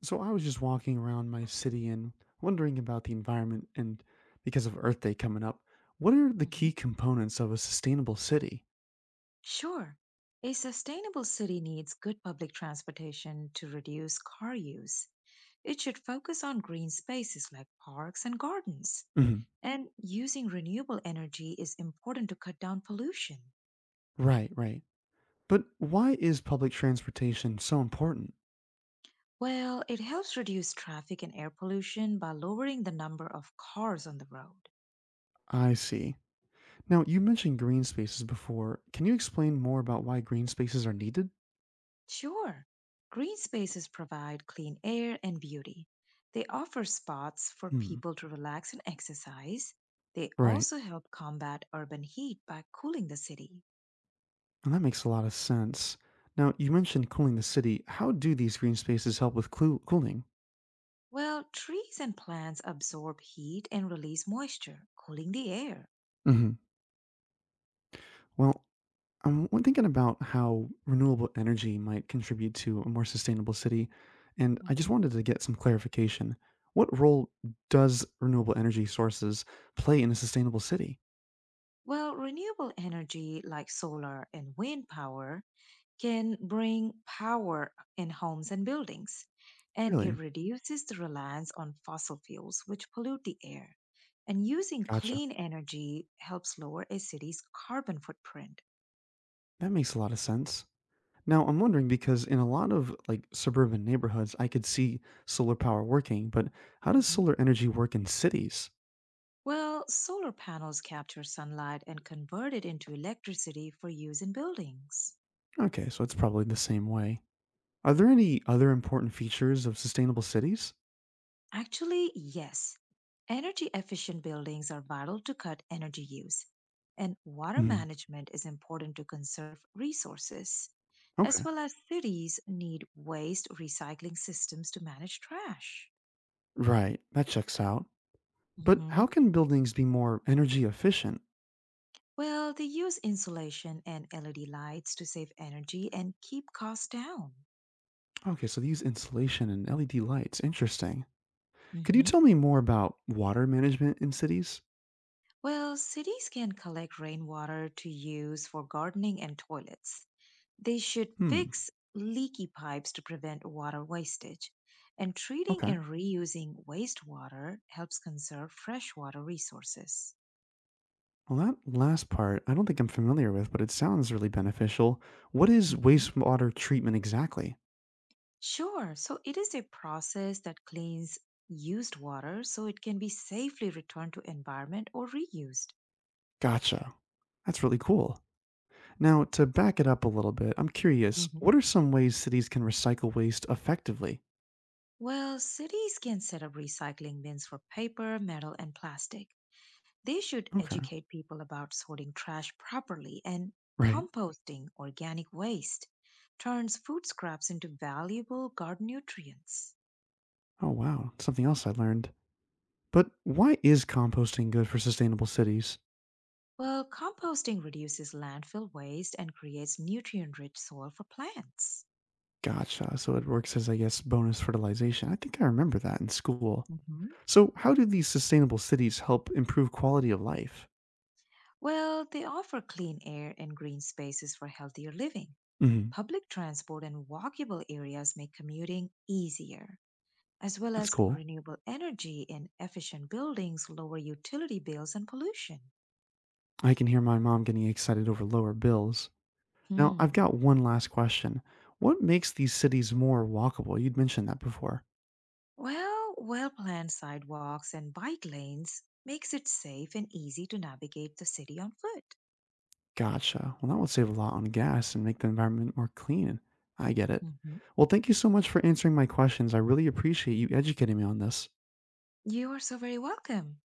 So I was just walking around my city and wondering about the environment and because of Earth Day coming up, what are the Mhm. key components of a sustainable city? Sure. A sustainable city needs good public transportation to reduce car use. It should focus on green spaces like parks and gardens. hmm And using renewable energy is important to cut down pollution. Right, right. But why is public transportation so important? Well, it helps reduce traffic and air pollution by lowering the number of cars on the road. I see. Now, you mentioned green spaces before. Can you explain more about why green spaces are needed? Sure. Green spaces provide clean air and beauty. They offer spots for Hmm. people to relax and exercise. They Right. also help combat urban heat by cooling the city. And that makes a lot of sense. Now, you mentioned cooling the city. How do these green spaces help with cooling? Well, trees and plants absorb heat and release moisture, cooling the air. hmm Well, thinking about how renewable energy might contribute to a more sustainable city, and I just hmm wanted to get some clarification. What role does renewable energy sources play in a sustainable city? Well, renewable energy like solar and wind power can bring power in homes and buildings, and it Really? reduces the reliance on fossil fuels, which pollute the air. And using Gotcha. clean energy helps lower a city's carbon footprint. That makes a lot of sense. Now, I'm wondering because in a lot of suburban neighborhoods, I could see solar power working, but how does hmm solar energy work in cities? Well, solar panels capture sunlight and convert it into electricity for use in buildings. Okay, so it's probably the same way. Are there any other important features of sustainable cities? Actually, yes. Energy efficient buildings are vital to cut energy use, and water Mhm. management is important to conserve resources, as Okay. well as cities need waste recycling systems to manage trash. Right. That checks out. But hmm how can buildings be more energy efficient? Well, they use insulation and LED lights to save energy and keep costs down. Okay, so these insulation and LED lights, interesting. Could you hmm tell me more about water management in cities? Well, cities can collect rainwater to use for gardening and toilets. They should Hmm, fix leaky pipes to prevent water wastage. And treating okay. and reusing wastewater helps conserve freshwater resources. Well, that last part I don't think I'm familiar with, but it sounds really beneficial. What is hmm wastewater treatment exactly? Sure, so it is a process that cleans used water so it can be safely returned to environment or reused. Gotcha. That's really cool. Now, to back it up a little bit, I'm curious hmm what are some ways cities can recycle waste effectively? Well, cities can set up recycling bins for paper, metal, and plastic. They should Okay, educate people about sorting trash properly and right. composting organic waste turns food scraps into valuable garden nutrients. Oh, wow. Something else I learned. But why is composting good for sustainable cities? Well, composting reduces landfill waste and creates nutrient rich soil for plants. Gotcha. So it works as, I guess, bonus fertilization. I think I remember that in school. hmm So, how do these sustainable cities help improve quality of life? Well, they offer clean air and green spaces for healthier living. hmm Public transport and walkable areas make commuting easier, as well That's as cool. renewable energy and efficient buildings lower utility bills and pollution. I can hear my mom getting excited over lower bills. Now, I've Hmm. got one last question. What makes these cities more walkable? You'd mentioned that before. Well, well-planned sidewalks and bike lanes makes it safe and easy to navigate the city on foot. Gotcha. Well, that would save a lot on gas and make the environment more clean. I get it. hmm Well, thank you so much for answering my questions. I really appreciate you educating me on this. You are so very welcome.